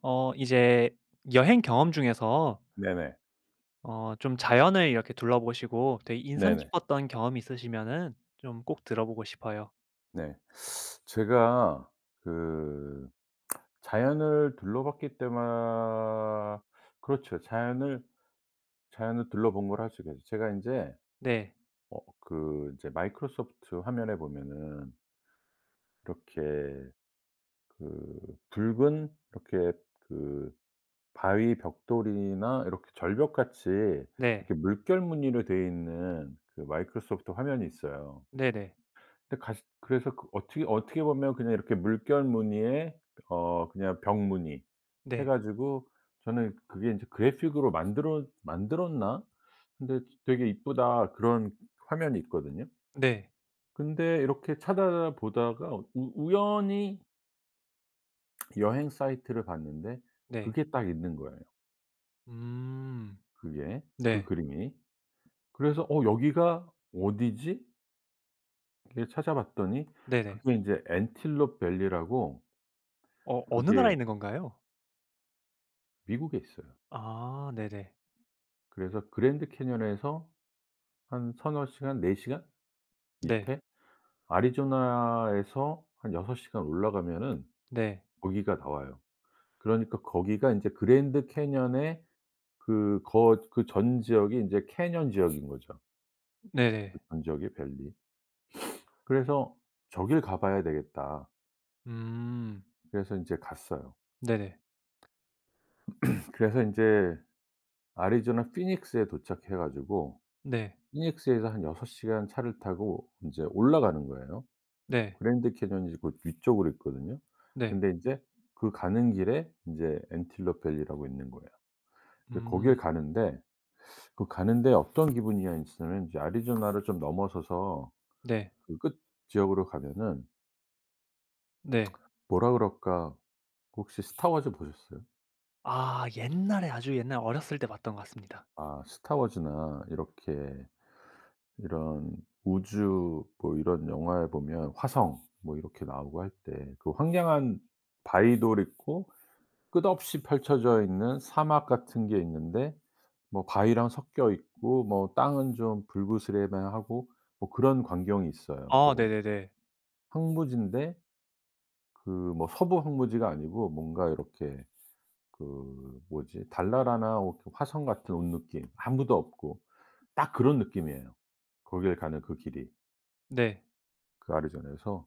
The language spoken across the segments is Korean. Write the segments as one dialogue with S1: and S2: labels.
S1: 이제 여행 경험 중에서
S2: 네네.
S1: 좀 자연을 이렇게 둘러보시고 되게 인상
S2: 네네.
S1: 깊었던 경험이 있으시면은 좀 꼭 들어보고 싶어요.
S2: 네. 제가 그 자연을 둘러봤기 때에 그렇죠. 자연을 둘러본 걸 할 수가 있요 제가 인제.
S1: 네.
S2: 그 이제 마이크로소프트 화면에 보면은 이렇게 그 붉은 이렇게 그 바위 벽돌이나 이렇게 절벽같이
S1: 네.
S2: 이렇게 물결 무늬로 되어 있는 그 마이크로소프트 화면이 있어요.
S1: 네네.
S2: 근데 가시 그래서 그 어떻게 보면 그냥 이렇게 물결 무늬에 그냥 벽 무늬 해
S1: 네.
S2: 가지고 저는 그게 인제 '그래픽으로 만들었나? 근데 되게 이쁘다.' 그런 화면이 있거든요.
S1: 네. 네.
S2: 근데 이렇게 찾아보다가 우 우연히 여행 사이트를 봤는데
S1: 네.
S2: 그게 딱 있는 거예요.
S1: 음.
S2: 그게, 그
S1: 네.
S2: 그림이. 그래서 '어 여기가 어디지?' 이렇게 찾아봤더니
S1: 네네.
S2: 그게 인제 엔틸롭 밸리라고.
S1: 어느 나라에
S2: 그게
S1: 있는 건가요?
S2: 미국에 있어요.
S1: 아 네네.
S2: 그래서 그랜드 캐니언에서 한 서너 시간, 4 시간
S1: 네.
S2: 밑에 애리조나에서 한 6 시간 올라가면은
S1: 네.
S2: 거기가 나와요. 그러니까 거기가 인제 그랜드 캐니언의 그 거 그 전 지역이 인제 캐니언 지역인 거죠.
S1: 네네.
S2: 그 전 지역이 밸리. 그래서 '저길 가 봐야 되겠다.'
S1: 음.
S2: 그래서 인제 갔어요.
S1: 네네.
S2: 그래서 인제 애리조나 피닉스에 도착해 가지고
S1: 네.
S2: 피닉스에서 한 6 시간 차를 타고 인제 올라가는 거예요.
S1: 네. 네.
S2: 그랜드 캐니언이 그 위쪽으로 있거든요.
S1: 네.
S2: 근데 인제 그 가는 길에 인제 엔틸러 밸리라고 있는 거예요. 근데 거길
S1: 음.
S2: 가는데 그 가는데 어떤 기분이었냐면 이제 애리조나를 좀 넘어서서
S1: 네.
S2: 그 끝 지역으로 가면은
S1: 네.
S2: 뭐라 그럴까, 혹시 스타 워즈 보셨어요?
S1: 아 옛날에 아주 옛날 어렸을 때 봤던 것 같습니다.
S2: 아 스타 워즈나 이렇게 이런 우주 뭐 이런 영화에 보면 화성 뭐 이렇게 나오고 할 때 그 황량한 바위돌 있고 끝없이 펼쳐져 있는 사막 같은 게 있는데 뭐 바위랑 섞여 있고 뭐 땅은 좀 불그스레만하고 뭐 그런 광경이 있어요.
S1: 아
S2: 좀
S1: 네네네.
S2: 황무지인데 그 뭐 서부 황무지가 아니고 뭔가 이렇게 그 뭐지 달나라나 그 화성 같은 온 느낌. 아무도 없고 딱 그런 느낌이에요. 거길 가는 그 길이
S1: 네.
S2: 그 아리조나에서.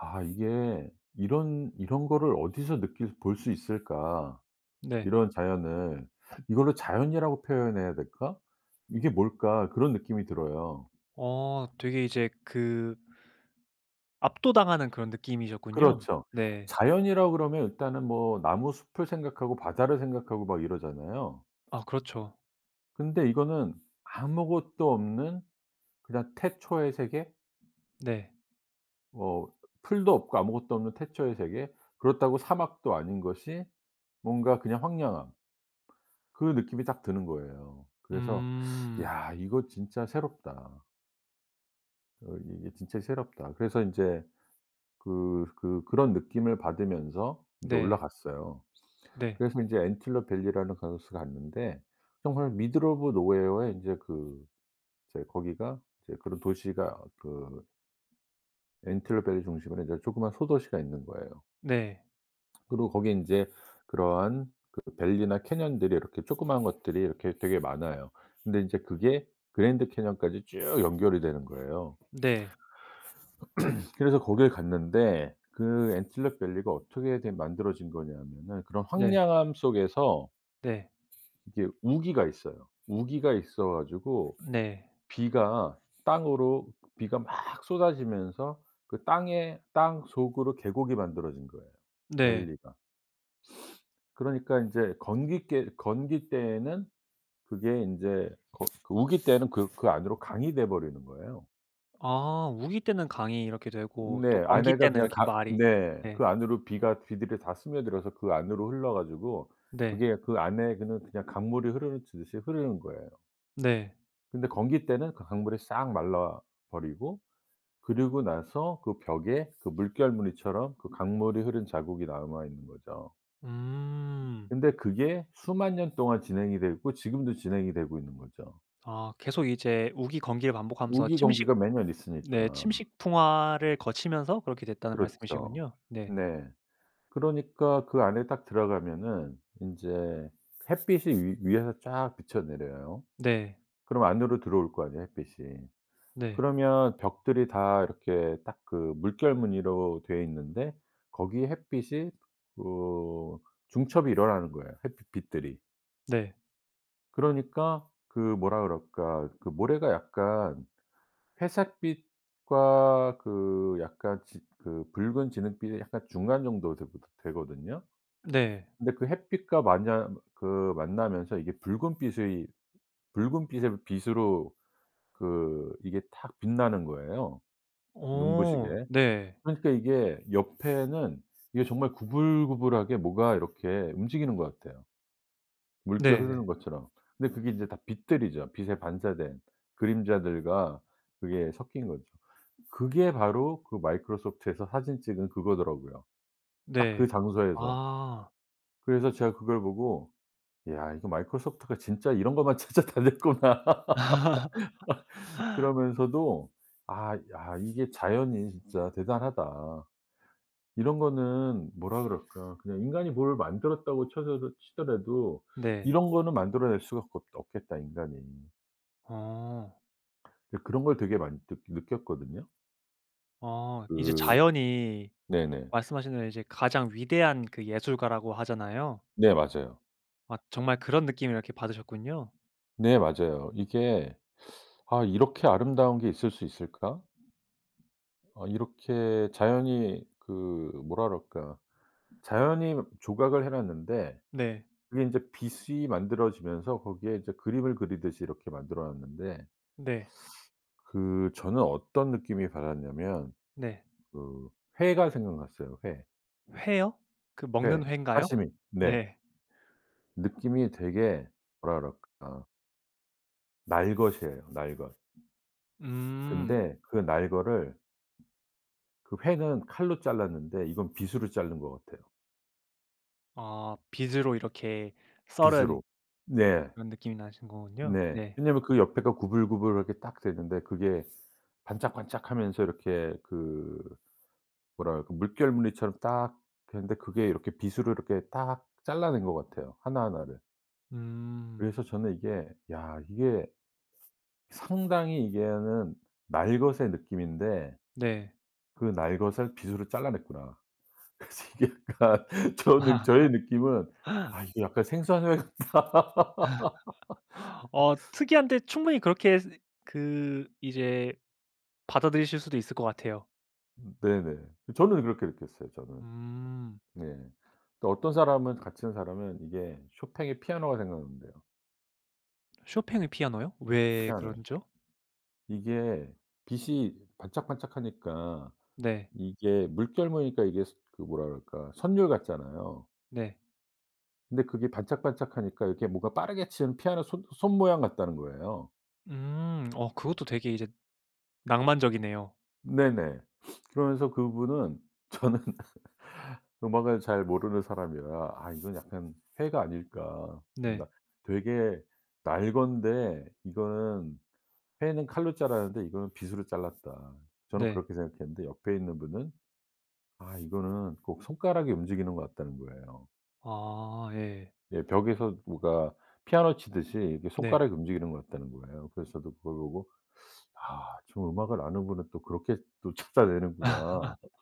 S2: '아 이게 이런 거를 어디서 느낄 볼 수 있을까?'
S1: 네.
S2: 이런 자연을 이걸로 자연이라고 표현해야 될까? 이게 뭘까?' 그런 느낌이 들어요.
S1: 되게 이제 그 압도당하는 그런 느낌이셨군요.
S2: 그렇죠.
S1: 네.
S2: 자연이라고 그러면 일단은 뭐 나무 숲을 생각하고 바다를 생각하고 막 이러잖아요.
S1: 아 그렇죠.
S2: 근데 이거는 아무것도 없는 그냥 태초의 세계?
S1: 네.
S2: 뭐 풀도 없고 아무것도 없는 태초의 세계. 그렇다고 사막도 아닌 것이 뭔가 그냥 황량함 그 느낌이 딱 드는 거예요. 그래서
S1: 음.
S2: '야 이거 진짜 새롭다. 이게 진짜 새롭다.' 그래서 인제 그런 느낌을 받으면서 이제
S1: 네.
S2: 올라갔어요.
S1: 네.
S2: 그래서 이제 엔틸러 밸리라는 곳을 갔는데 정말 미들 오브 노웨어에 인제 그 이제 거기가 이제 그런 도시가 그 엔틸러 밸리 중심으로 인제 조그만 소도시가 있는 거예요.
S1: 네.
S2: 그리고 거기에 인제 그러한 그 밸리나 캐년들이 이렇게 조그마한 것들이 이렇게 되게 많아요. 근데 인제 그게 그랜드 캐년까지 쭉 연결이 되는 거예요.
S1: 네.
S2: 그래서 거길 갔는데 그 엔틸럭 밸리가 어떻게 된 만들어진 거냐면은 그런
S1: 네.
S2: 황량함 속에서
S1: 네.
S2: 이게 우기가 있어요. 우기가 있어 가지고
S1: 네.
S2: 비가 땅으로 비가 막 쏟아지면서 그 땅에 땅 속으로 계곡이 만들어진 거예요,
S1: 네.
S2: 밸리가. 그러니까 인제 건기 때에는 그게 인제 거 그 우기 때는 그 안으로 강이 돼 버리는 거예요.
S1: 아 우기 때는 강이 이렇게 되고 또
S2: 네.
S1: 건기
S2: 아내가
S1: 때는
S2: 그냥
S1: 이렇게
S2: 가
S1: 말이
S2: 네.
S1: 네.
S2: 그 안으로 비가 비들이 다 스며들어서 그 안으로 흘러 가지고
S1: 네.
S2: 그게 그 안에 그는 그냥 강물이 흐르듯이 흐르는 거예요.
S1: 네.
S2: 근데 건기 때는 그 강물이 싹 말라 버리고, 그리고 나서 그 벽에 그 물결무늬처럼 그 강물이 흐른 자국이 남아 있는 거죠.
S1: 음.
S2: 근데 그게 수만 년 동안 진행이 되고 지금도 진행이 되고 있는 거죠.
S1: 아 계속 이제 우기, 건기를 반복하면서
S2: 우기
S1: 침식
S2: 건기가 매년
S1: 네
S2: 있으니까.
S1: 침식풍화를 거치면서 그렇게 됐다는
S2: 그렇죠.
S1: 말씀이시군요. 네.
S2: 네. 그러니까 그 안에 딱 들어가면은 인제 햇빛이 위 위에서 쫙 비쳐 내려요.
S1: 네.
S2: 그럼 안으로 들어올 거 아니에요, 햇빛이.
S1: 네.
S2: 그러면 벽들이 다 이렇게 딱 그 물결 무늬로 되어 있는데 거기에 햇빛이 어 중첩이 일어나는 거예요, 햇빛 빛들이.
S1: 네.
S2: 그러니까 그 뭐라 그럴까 그 모래가 약간 회색빛과 그 약간 지 그 붉은 진흙빛의 약간 중간 정도 되거든요.
S1: 네.
S2: 근데 그 햇빛과 만나 그 만나면서 이게 붉은빛의 빛으로 그 이게 탁 빛나는 거예요,
S1: 어
S2: 눈부시게.
S1: 네.
S2: 그러니까 이게 옆에는 이게 정말 구불구불하게 뭐가 이렇게 움직이는 것 같아요, 물결
S1: 네네.
S2: 흐르는 것처럼. 근데 그게 이제 다 빛들이죠. 빛에 반사된 그림자들과 그게 섞인 거죠. 그게 바로 그 마이크로소프트에서 사진 찍은 그거더라고요, 딱 그
S1: 네.
S2: 장소에서.
S1: 아.
S2: 그래서 제가 그걸 보고 '야 이거 마이크로소프트가 진짜 이런 것만 찾아다녔구나.' 그러면서도 '아 야 이게 자연이 진짜 대단하다.' 이런 거는 뭐라 그럴까 그냥 인간이 뭘 만들었다고 쳐서 치더라도
S1: 네.
S2: '이런 거는 만들어낼 수가 없 없겠다 인간이.'
S1: 어.
S2: 근데 그런 걸 되게 많이 느 느꼈거든요.
S1: 이제
S2: 그
S1: 자연이
S2: 네네.
S1: 말씀하신 대로 이제 가장 위대한 그 예술가라고 하잖아요.
S2: 네 맞아요.
S1: 아 정말 그런 느낌을 이렇게 받으셨군요.
S2: 네 맞아요. 이게 '아 이렇게 아름다운 게 있을 수 있을까? 아 이렇게 자연이 그 뭐라 그럴까 자연히 조각을 해 놨는데
S1: 네.
S2: 그게 인제 빗이 만들어지면서 거기에 이제 그림을 그리듯이 이렇게 만들어 놨는데
S1: 네.
S2: 그 저는 어떤 느낌이 받았냐면
S1: 네.
S2: 그 회가 생각났어요, 회.
S1: 회요? 그 먹는
S2: 회.
S1: 회인가요?
S2: 사시미. 네.
S1: 네.
S2: 느낌이 되게 뭐라 그럴까 날것이에요, 날것.
S1: 음.
S2: 근데 그 날것을 그 회는 칼로 잘랐는데 이건 빗으로 자른 것 같아요.
S1: 아 빗으로 이렇게 썰은
S2: 빗으로. 네.
S1: 그런 느낌이 나신 거군요.
S2: 네.
S1: 네.
S2: 왜냐면 그 옆에가 구불구불하게 딱 되는데 그게 반짝반짝하면서 이렇게 그 뭐랄까 물결무늬처럼 딱 되는데 그게 이렇게 빗으로 이렇게 딱 잘라낸 것 같아요 하나하나를.
S1: 음.
S2: 그래서 저는 이게 야 이게 상당히 이게는 날것의 느낌인데
S1: 네.
S2: 그 날것을 빗으로 잘라냈구나. 그래서 이게 약간 저 느 저의 느낌은 '아 이게 약간 생선회 같다.'
S1: 특이한데 충분히 그렇게 그 이제 받아들이실 수도 있을 것 같아요.
S2: 네네. 저는 그렇게 느꼈어요, 저는.
S1: 음.
S2: 네. 또 어떤 사람은 같은 사람은 이게 쇼팽의 피아노가 생각난대요.
S1: 쇼팽의 피아노요? 왜
S2: 피아노요.
S1: 그런죠?
S2: 이게 빛이 반짝반짝하니까
S1: 네.
S2: 이게 물결 무늬니까 이게 스 그 뭐라 그럴까 선율 같잖아요.
S1: 네.
S2: 근데 그게 반짝반짝하니까 이렇게 뭔가 빠르게 치는 피아노 손 모양 같다는 거예요.
S1: 음. 그것도 되게 이제 낭만적이네요.
S2: 네네. 그러면서 그분은 저는 음악을 잘 모르는 사람이라 '아 이건 약간 회가 아닐까.' 좀
S1: 네.
S2: 나 되게 날 건데 이거는 회는 칼로 자랐는데 이거는 빗으로 잘랐다. 저는
S1: 네.
S2: 그렇게 생각했는데 옆에 있는 분은 '아 이거는 꼭 손가락이 움직이는 것 같다'는 거예요.
S1: 아 예.
S2: 예 벽에서 누가 피아노 치듯이 이렇게
S1: 네.
S2: 손가락이 움직이는 것 같다는 거예요. 그래서 저도 그걸 보고 '아 좀 음악을 아는 분은 또 그렇게 또 찾아내는구나.'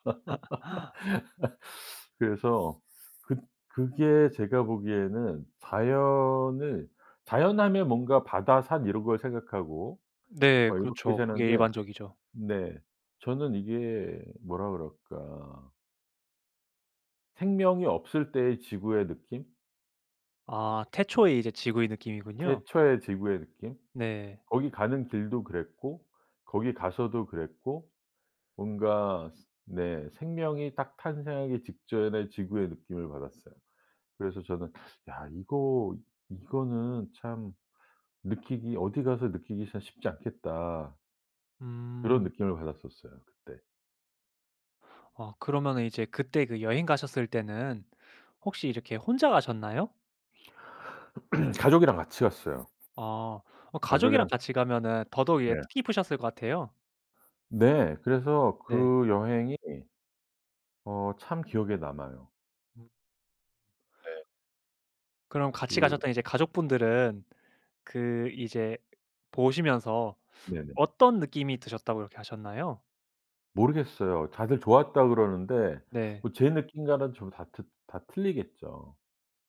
S2: 그래서 그 그게 제가 보기에는 자연을 자연하면 뭔가 바다, 산 이런 걸 생각하고
S1: 네.
S2: 막 이렇게
S1: 그렇죠. 그게
S2: 사는데
S1: 일반적이죠.
S2: 네 저는 이게 뭐라 그럴까 생명이 없을 때의 지구의 느낌?
S1: 아 태초의 이제 지구의 느낌이군요.
S2: 태초의 지구의 느낌?
S1: 네.
S2: 거기 가는 길도 그랬고 거기 가서도 그랬고 뭔가 스 네 생명이 딱 탄생하기 직전의 지구의 느낌을 받았어요. 그래서 저는 '야 이거 이거는 참 느끼기 어디 가서 느끼기 참 쉽지 않겠다.' 그런
S1: 음.
S2: 느낌을 받았었어요 그때.
S1: 그러면은 이제 그때 그 여행 가셨을 때는 혹시 이렇게 혼자 가셨나요?
S2: 가족이랑 같이 갔어요.
S1: 아. 가족이랑
S2: 가족이랑
S1: 같이 가면은 더더욱 예
S2: 네.
S1: 뜻깊으셨을 것 같아요.
S2: 네. 그래서
S1: 네.
S2: 그 여행이 참 기억에 남아요.
S1: 음.
S2: 네.
S1: 그럼 같이
S2: 그
S1: 가셨던 이제 가족분들은 그 이제 보시면서
S2: 네네.
S1: 어떤 느낌이 드셨다고 이렇게 하셨나요?
S2: 모르겠어요. 다들 좋았다 그러는데
S1: 네.
S2: 뭐 제 느낌과는 좀 다 틀리겠죠.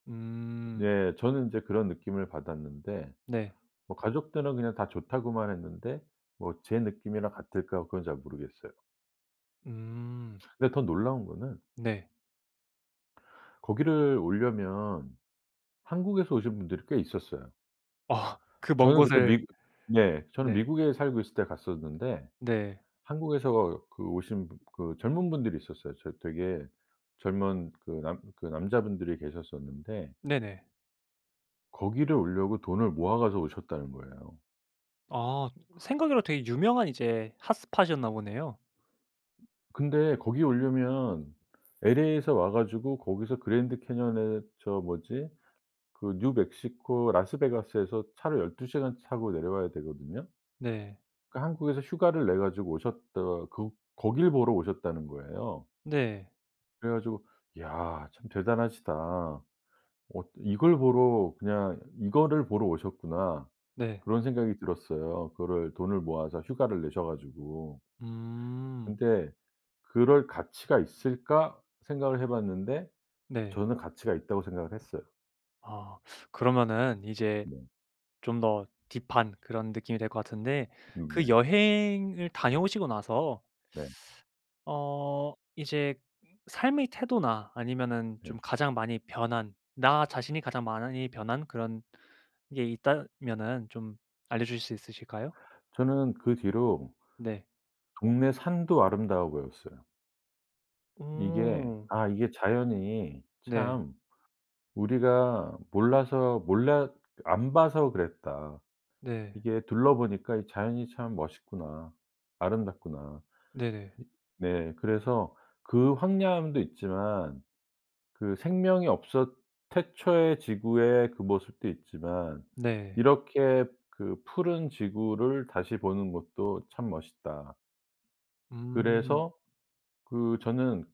S1: 음.
S2: 네. 저는 인제 그런 느낌을 받았는데
S1: 네.
S2: 뭐 가족들은 그냥 다 좋다고만 했는데 뭐 제 느낌이랑 같을까 그건 잘 모르겠어요.
S1: 음.
S2: 근데 더 놀라운 거는
S1: 네.
S2: 거기를 오려면 한국에서 오신 분들이 꽤 있었어요.
S1: 아 그 먼
S2: 저는 그때
S1: 곳을
S2: 미 네. 저는
S1: 네.
S2: 미국에 살고 있을 때 갔었는데
S1: 네.
S2: 한국에서 그 오신 분 그 젊은 분들이 있었어요. 저 되게 젊은 그 남 그 남자분들이 계셨었는데
S1: 네네.
S2: 거기를 오려고 돈을 모아가서 오셨다는 거예요.
S1: 아 생각으로 되게 유명한 이제 핫스팟이었나 보네요.
S2: 근데 거기 오려면 LA에서 와 가지고 거기서 그랜드 캐년에 저 뭐지 그 뉴멕시코 라스베가스에서 차를 12 시간 타고 내려와야 되거든요.
S1: 네.
S2: 그러니까 한국에서 휴가를 내 가지고 오셨다 그 거길 보러 오셨다는 거예요.
S1: 네.
S2: 그래 가지고 '야 참 대단하시다. 이걸 보러 그냥 이거를 보러 오셨구나.'
S1: 네.
S2: 그런 생각이 들었어요. 그거를 돈을 모아서 휴가를 내셔 가지고.
S1: 음.
S2: 근데 '그럴 가치가 있을까?' 생각을 해 봤는데
S1: 네.
S2: 저는 가치가 있다고 생각을 했어요.
S1: 아 그러면은 이제
S2: 네.
S1: 좀 더 딥한 그런 느낌이 될 것 같은데
S2: 네.
S1: 그 여행을 다녀오시고 나서
S2: 네.
S1: 이제 삶의 태도나 아니면은
S2: 네.
S1: 좀 가장 많이 변한 나 자신이 가장 많이 변한 그런 게 있다면은 좀 알려주실 수 있으실까요?
S2: 저는 그 뒤로
S1: 네.
S2: 동네 산도 아름다워 보였어요. 이게
S1: 오.
S2: 아 이게 자연이
S1: 네.
S2: 참 우리가 몰라서 몰라 안 봐서 그랬다.
S1: 네.
S2: 이게 둘러보니까 이 자연이 참 멋있구나. 아름답구나.
S1: 네네.
S2: 네. 그래서 그 황량함도 있지만 그 생명이 없었 태초의 지구의 그 모습도 있지만
S1: 네.
S2: 이렇게 그 푸른 지구를 다시 보는 것도 참 멋있다.
S1: 음.
S2: 그래서 그 저는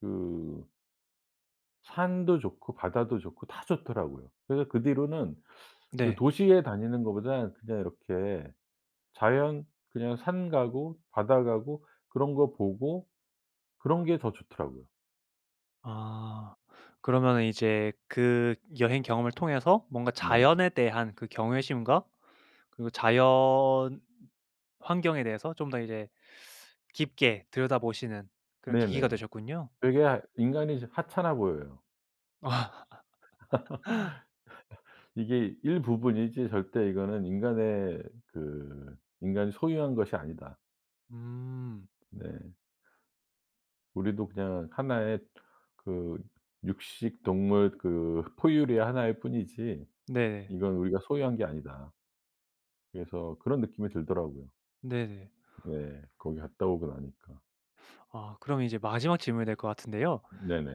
S2: 그 산도 좋고 바다도 좋고 다 좋더라고요. 그래서 그 뒤로는 그
S1: 네.
S2: 도시에 다니는 것보다는 그냥 이렇게 자연 그냥 산 가고 바다 가고 그런 거 보고 그런 게 더 좋더라고요.
S1: 아. 그러면은 이제 그 여행 경험을 통해서 뭔가 자연에
S2: 네네.
S1: 대한 그 경외심과 그리고 자연 환경에 대해서 좀 더 이제 깊게 들여다보시는 그런 계기가
S2: 네네.
S1: 되셨군요.
S2: 되게 인간이 이제 하찮아 보여요.
S1: 아.
S2: 이게 일부분이지 절대 이거는 인간의 그 인간이 소유한 것이 아니다.
S1: 음.
S2: 네. 우리도 그냥 하나의 그 육식 동물 그 포유류의 하나일 뿐이지
S1: 네네.
S2: 이건 우리가 소유한 게 아니다. 그래서 그런 느낌이 들더라고요.
S1: 네네.
S2: 네. 거기 갔다 오고 나니까.
S1: 아 그럼 이제 마지막 질문이 될 것 같은데요.
S2: 네네.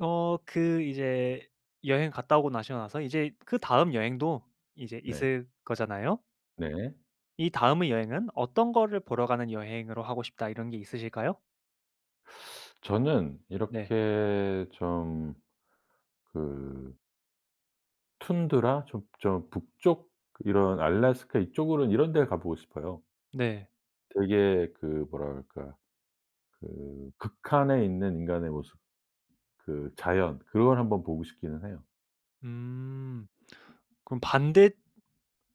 S1: 그 이제 여행 갔다 오고 나시고 나서 이제 그다음 여행도 이제
S2: 네.
S1: 있을 거잖아요.
S2: 네.
S1: 이 다음의 여행은 '어떤 거를 보러 가는 여행으로 하고 싶다.' 이런 게 있으실까요?
S2: 저는
S1: 네.
S2: 이렇게 좀 그 툰드라 좀 좀 북쪽 이런 알래스카 이쪽으로는 이런 데를 가 보고 싶어요.
S1: 네.
S2: 되게 그 뭐랄까 그 극한에 있는 인간의 모습 그 자연 그걸 한번 보고 싶기는 해요.
S1: 음. 그럼 반대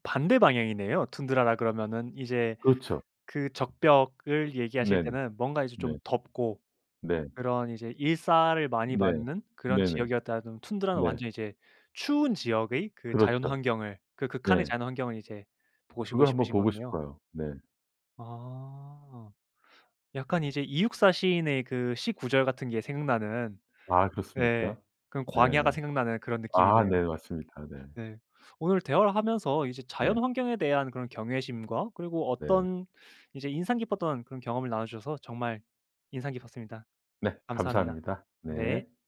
S1: 반대 방향이네요. 툰드라라 그러면은 이제
S2: 그렇죠.
S1: 그 적벽을 얘기하실
S2: 네네.
S1: 때는 뭔가 이제
S2: 네.
S1: 좀 덥고
S2: 네.
S1: 그런 이제 일사를 많이
S2: 네.
S1: 받는 그런
S2: 네네.
S1: 지역이었다면 툰드라는
S2: 네.
S1: 완전히 이제 추운 지역의 그 자연
S2: 그렇죠.
S1: 환경을 그 극한의
S2: 네.
S1: 자연 환경을 이제 보시고
S2: 그걸 한번
S1: 싶으신
S2: 보고
S1: 거네요.
S2: 싶어요. 네.
S1: 아. 약간 이제 이육사 시인의 그 시 구절 같은 게 생각나는
S2: 아
S1: 예.
S2: 그렇습니까?
S1: 그런 광야가
S2: 네.
S1: 생각나는 그런
S2: 아 네
S1: 느낌이네요.
S2: 맞습니다. 네.
S1: 네. 오늘 대화를 하면서 이제 자연
S2: 네.
S1: 환경에 대한 그런 경외심과 그리고
S2: 네.
S1: 어떤 이제 인상 깊었던 그런 경험을 나눠 주셔서 정말 인상 깊었습니다.
S2: 네.
S1: 감사합니다.
S2: 감사합니다. 네.
S1: 네.